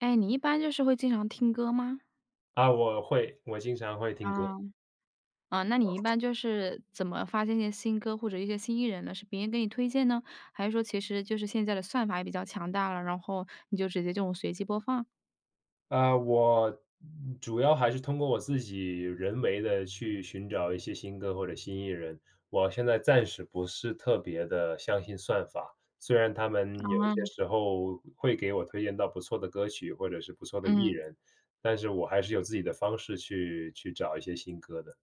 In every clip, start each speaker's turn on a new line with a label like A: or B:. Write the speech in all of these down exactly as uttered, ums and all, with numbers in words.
A: 哎，你一般就是会经常听歌吗？
B: 啊，我会，我经常会听歌。
A: 啊。啊，那你一般就是怎么发现一些新歌或者一些新艺人呢？是别人给你推荐呢？还是说其实就是现在的算法也比较强大了，然后你就直接这种随机播放？
B: 啊，我主要还是通过我自己人为的去寻找一些新歌或者新艺人。我现在暂时不是特别的相信算法，虽然他们有一些
A: 啊，
B: 时候会给我推荐到不错的歌曲或者是不错的艺
A: 嗯。
B: 人，但是我还是有自己的方式去去找一些新歌的。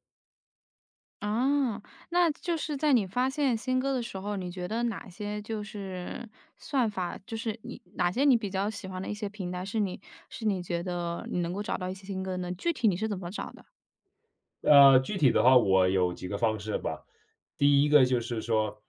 A: 啊，那就是在你发现新歌的时候，你觉得哪些就是算法就是你哪些你比较喜欢的一些平台，是你是你觉得你能够找到一些新歌呢？具体你是怎么找的？
B: 呃，具体的话，我有几个方式吧。第一个就是说，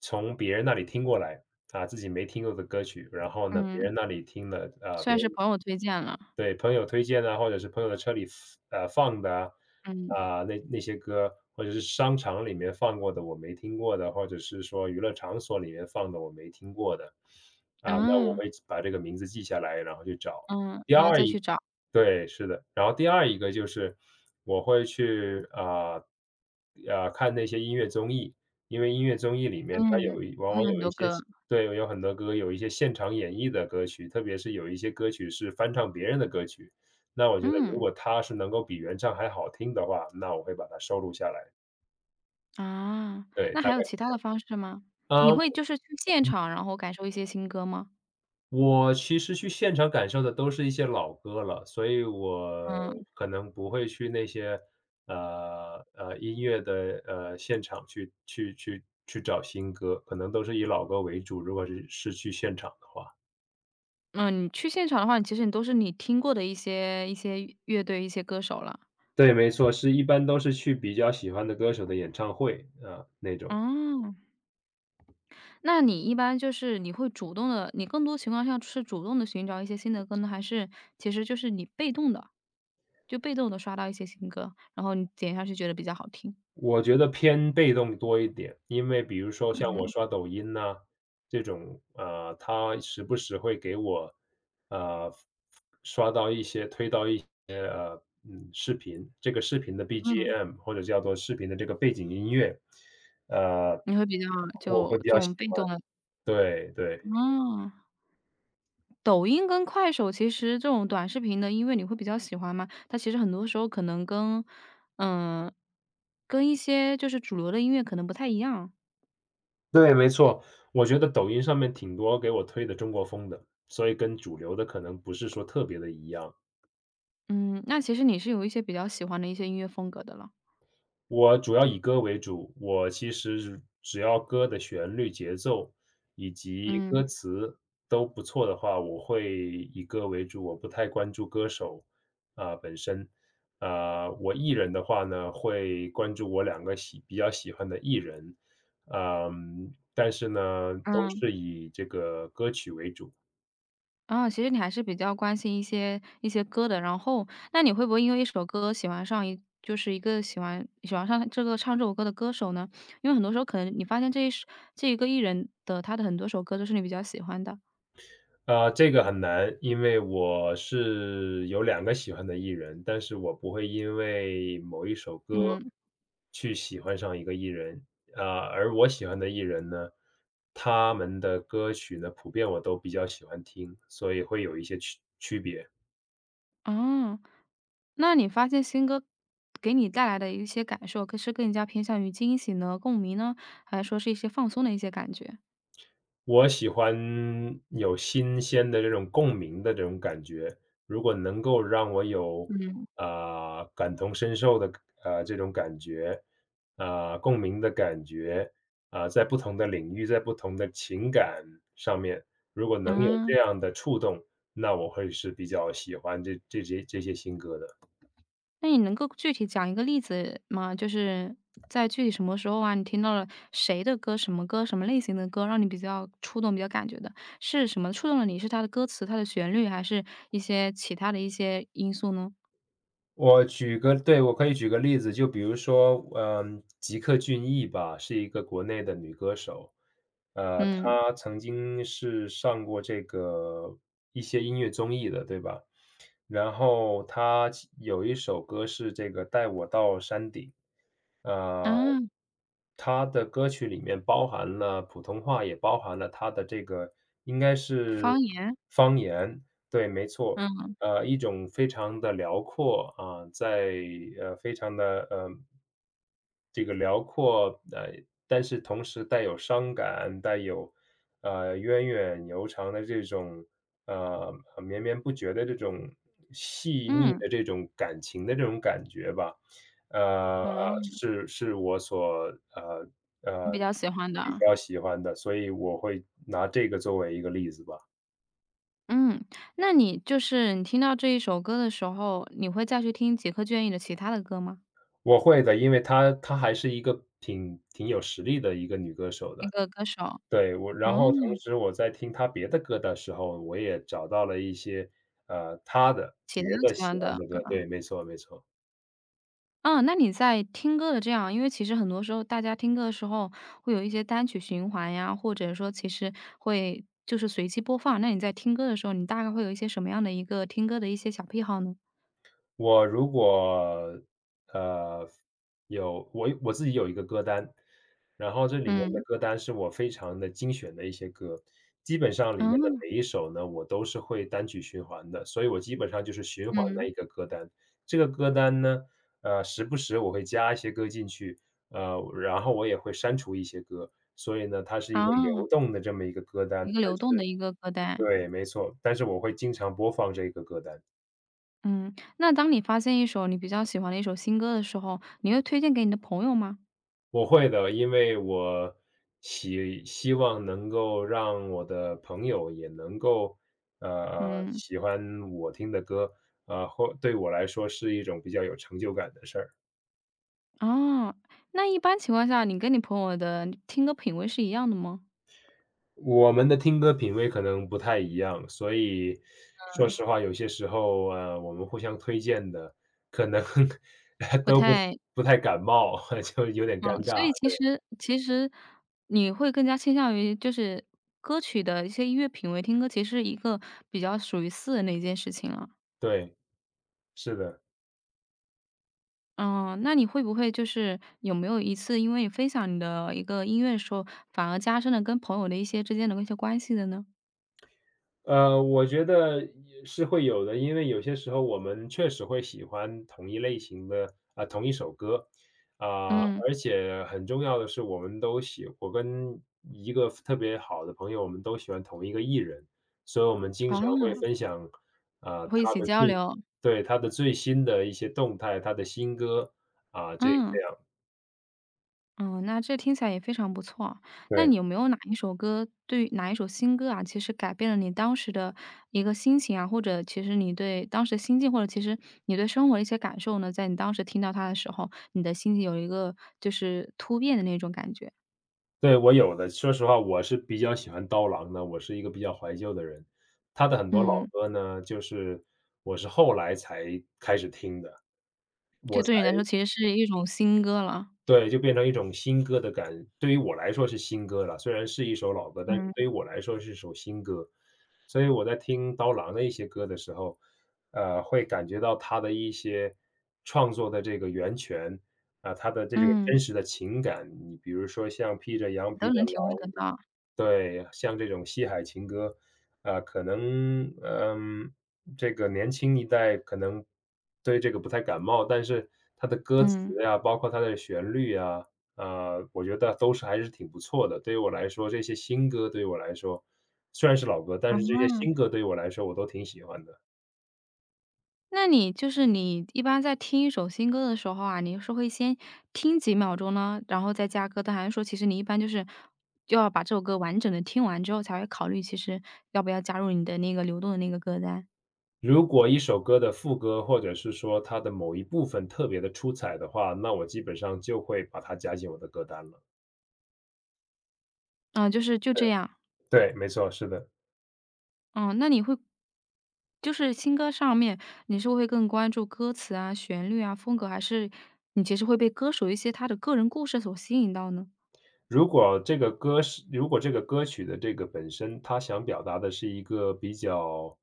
B: 从别人那里听过来，啊，自己没听过的歌曲，然后呢，别
A: 嗯，
B: 人那里听了，啊，别
A: 算
B: 人
A: 是朋友推荐了，
B: 对，朋友推荐啊，或者是朋友的车里，呃，放的啊，
A: 嗯，
B: 啊，那那些歌，或者是商场里面放过的我没听过的，或者是说娱乐场所里面放的我没听过的，啊，那我
A: 啊。
B: 会把这个名字记下来，然后去找。
A: 嗯，
B: 第
A: 然后
B: 二
A: 再去
B: 一
A: 找，
B: 对，是的。然后第二一个就是我会去，啊啊看那些音乐综艺，因为音乐综艺里面它
A: 嗯，
B: 有一往
A: 会
B: 往
A: 有很
B: 有一
A: 多
B: 些
A: 歌，
B: 对，有很多歌，有一些现场演绎的歌曲，特别是有一些歌曲是翻唱别人的歌曲。那我觉得如
A: 嗯，
B: 果它是能够比原唱还好听的话，那我会把它收录下来，
A: 啊，
B: 对，
A: 那
B: 大
A: 还
B: 概
A: 有其
B: 是
A: 他的方式吗？你
B: 嗯。
A: 会就是去现场，然后感受一些新歌吗？
B: 我其实去现场感受的都是一些老歌了，所以我
A: 嗯，
B: 可能不会去那些，呃，呃，音乐的，呃，现场去去去去找新歌，可能都是以老歌为主，如果是是去现场的话。
A: 嗯，你去现场的话，其实你都是你听过的一些一些乐队、一些歌手了。
B: 对，没错，是一般都是去比较喜欢的歌手的演唱会，啊，那种。
A: 哦，那你一般就是你会主动的，你更多情况下是主动的寻找一些新的歌呢，还是其实就是你被动的，就被动的刷到一些新歌，然后你点下去觉得比较好听？
B: 我觉得偏被动多一点，因为比如说像我
A: 嗯，
B: 刷抖音呐，这种，呃，它时不时会给我，呃，刷到一些推到一些，呃，嗯，视频，这个视频的
A: 嗯，
B: B G M 或者叫做视频的这个背景音乐，呃，
A: 你会比较
B: 我
A: 就
B: 会比
A: 这
B: 较喜
A: 种被
B: 欢，
A: 动的。
B: 对，对，
A: 嗯，抖音跟快手其实这种短视频的音乐你会比较喜欢吗？它其实很多时候可能跟嗯，跟一些就是主流的音乐可能不太一样。
B: 对，没错，我觉得抖音上面挺多给我推的中国风的，所以跟主流的可能不是说特别的一样。
A: 嗯，那其实你是有一些比较喜欢的一些音乐风格的了。
B: 我主要以歌为主，我其实只只要歌的旋律、节奏以及歌
A: 嗯，
B: 词都不错的话，我会以歌为主，我不太关注歌手，啊，呃本身。啊，我艺人的话呢，会关注我两个喜比较喜欢的艺人，啊嗯，但是呢，都
A: 嗯，
B: 是以这个歌曲为主。
A: 啊，其实你还是比较关心一些一些歌的，然后那你会不会因为一首歌喜欢上一就是一个喜欢喜欢上这个唱这首歌的歌手呢？因为很多时候可能你发现这一首这一个艺人的他的很多首歌都是你比较喜欢的。
B: 啊，这个很难，因为我是有两个喜欢的艺人，但是我不会因为某一首歌
A: 嗯，
B: 去喜欢上一个艺人。啊，而我喜欢的艺人呢，他们的歌曲呢，普遍我都比较喜欢听，所以会有一些区区别。
A: 哦，那你发现新歌给你带来的一些感受，可是更加偏向于惊喜呢、共鸣呢，还是说是一些放松的一些感觉？
B: 我喜欢有新鲜的这种共鸣的这种感觉，如果能够让我有，
A: 嗯。
B: 呃，感同身受的，呃，这种感觉，呃，共鸣的感觉，啊，在不同的领域，在不同的情感上面，如果能有
A: 啊，
B: 这样的触动，那我会是比较喜欢这这些这些新歌的。
A: 那你能够具体讲一个例子吗？就是在具体什么时候啊，你听到了谁的歌、什么歌、什么类型的歌，让你比较触动、比较感觉的？是什么触动了你？是它的歌词、它的旋律，还是一些其他的一些因素呢？
B: 我举个对，我可以举个例子，就比如说，嗯，吉克隽逸吧，是一个国内的女歌手，呃，
A: 嗯，
B: 她曾经是上过这个一些音乐综艺的，对吧？然后她其有一首歌是这个《带我到山顶》，呃，
A: 啊，
B: 她的歌曲里面包含了普通话，也包含了她的这个应该是
A: 方言，
B: 方言，对，没错。
A: 嗯
B: 呃，一种非常的辽阔，啊，在呃，非常的呃，这个辽阔，呃，但是同时带有伤感，带有，呃，源远流长的这种，呃，绵绵不绝的这种细腻
A: 嗯，
B: 的这种感情的这种感觉吧。呃，
A: 啊，
B: 是是我所呃，
A: 你
B: 呃，
A: 比较喜欢
B: 比
A: 的。
B: 较喜欢的，所以我会拿这个作为一个例子吧。
A: 嗯，那你就是你听到这一首歌的时候，你会再去听杰克隽逸的其他的歌吗？
B: 我会的，因为她她还是一个挺挺有实力的一个女歌手
A: 那
B: 的。
A: 个歌手，
B: 对，我然后同
A: 哦，
B: 时我在听她别的歌的时候，我也找到了一些，呃，她的
A: 其
B: 别
A: 他
B: 的
A: 喜
B: 喜
A: 欢
B: 欢
A: 的
B: 的
A: 歌。
B: 歌，对，没错没错。
A: 嗯，那你在听歌的这样因为其实很多时候大家听歌的时候会有一些单曲循环呀，或者说其实会就是随机播放，那你在听歌的时候，你大概会有一些什么样的一个听歌的一些小癖好呢？
B: 我如果，呃，有我我自己有一个歌单，然后这里面的
A: 嗯，
B: 歌单是我非常的精选的一些歌，基本上里面的
A: 啊，
B: 每一首呢，我都是会单曲循环的，所以我基本上就是循环的
A: 嗯，
B: 一个歌单。这个歌单呢，呃，时不时我会加一些歌进去，呃，然后我也会删除一些歌，所以呢，它是一个
A: 啊，
B: 流动的这么一个歌单，
A: 一个流
B: 但是
A: 动的一个歌单。
B: 对，没错，但是我会经常播放这个歌单。
A: 嗯，那当你发现一首你比较喜欢的一首新歌的时候，你会推荐给你的朋友吗？
B: 我会的，因为我希希望能够让我的朋友也能够，呃，
A: 嗯，
B: 喜欢我听的歌，呃，或对我来说是一种比较有成就感的事儿。
A: 哦，那一般情况下，你跟你朋友的听歌品味是一样的吗？
B: 我们的听歌品味可能不太一样，所以说
A: 嗯，
B: 实话，有些时候，呃，我们互相推荐的可能
A: 不
B: 都不
A: 太，
B: 不太感冒，就有点尴
A: 嗯，所
B: 尬，
A: 以其实其实你会更加倾向于就是歌曲的一些音乐品味，听歌其实是一个比较属于私人的一件事情了。
B: 对，是的。
A: 嗯，那你会不会就是有没有一次因为你分享你的一个音乐的时候，反而加深了跟朋友的一些之间的一些关系的呢？
B: 呃，我觉得也是会有的，因为有些时候我们确实会喜欢同一类型的啊、同一首歌，啊、
A: 嗯，
B: 而且很重要的是，我们都喜，我跟一个特别好的朋友，我们都喜欢同一个艺人，所以我们经常
A: 哦。
B: 会分享啊、
A: 会一
B: 他
A: 起
B: 的
A: 交
B: 最，
A: 流，
B: 对，他的最新的一些动态，他的新歌啊、这
A: 嗯，
B: 这样，
A: 嗯，那这听起来也非常不错啊。那
B: 对。
A: 你有没有哪一首歌对于哪一首新歌啊，其实改变了你当时的一个心情啊，或者其实你对当时的心境，或者其实你对生活的一些感受呢？在你当时听到它的时候，你的心情有一个就是突变的那种感觉。
B: 对，我有的，说实话，我是比较喜欢刀郎的，我是一个比较怀旧的人。他的很多老
A: 嗯，
B: 歌呢，就是我是后来才开始听的，
A: 就对你来说其实是一种新歌了。
B: 对，就变成一种新歌的感对于我来说是新歌了，虽然是一首老歌，但是
A: 嗯，
B: 对于我来说是一首新歌。所以我在听刀郎的一些歌的时候，呃，会感觉到他的一些创作的这个源泉，啊，他的这个
A: 嗯，
B: 真实的情感。你比如说像披着羊皮
A: 都
B: 的
A: 能体会
B: 狼。
A: 得到，
B: 对，像这种西海情歌，啊，可能，嗯，这个年轻一代可能对这个不太感冒，但是它的歌词
A: 嗯，
B: 呀，包括它的旋律呀，呃，我觉得都是还是挺不错的。对于我来说，这些新歌对于我来说，虽然是老歌，但是这些
A: 嗯。
B: 新歌对于我来说我都挺喜欢的。
A: 那你就是你一般在听一首新歌的时候啊，你是会先听几秒钟呢，然后再加歌单，还是说其实你一般就是就要把这首歌完整的听完之后，才会考虑其实要不要加入你的那个流动的那个歌单？
B: 如果一首歌的副歌，或者是说它的某一部分特别的出彩的话，那我基本上就会把它加进我的歌单了。
A: 嗯，就是就这样。
B: 对，没错，是的。
A: 嗯，那你会就是新歌上面，你是会更关注歌词啊、旋律啊、风格，还是你其实会被歌手一些他的个人故事所吸引到呢？
B: 如果这个歌是如果这个歌曲的这个本身，它想表达的是一个比较，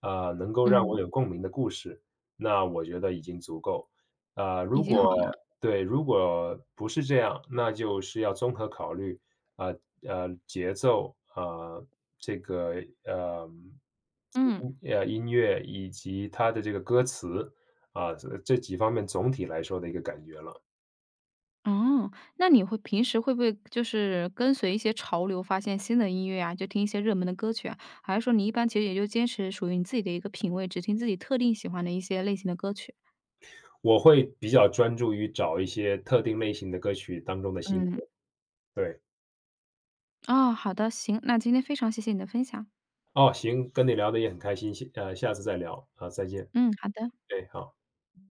B: 呃，能够让
A: 嗯，
B: 我有共鸣的故事，那我觉得已经足够。呃，
A: 已
B: 如
A: 经好
B: 果
A: 了，
B: 对，如果不是这样，那就是要综合考虑，呃呃，节奏，呃，这个，呃，
A: 嗯。
B: 音呃，音乐以及它的这个歌词，啊，这这几方面总体来说的一个感觉了。
A: 哦，那你会平时会不会就是跟随一些潮流，发现新的音乐啊，就听一些热门的歌曲啊？还是说你一般其实也就坚持属于你自己的一个品味，只听自己特定喜欢的一些类型的歌曲？
B: 我会比较专注于找一些特定类型的歌曲当中的新
A: 嗯，
B: 歌，对。
A: 哦，好的，行，那今天非常谢谢你的分享。
B: 哦，行，跟你聊得也很开心，下呃，下次再聊，啊，再见，
A: 嗯，好的。
B: 哎，好。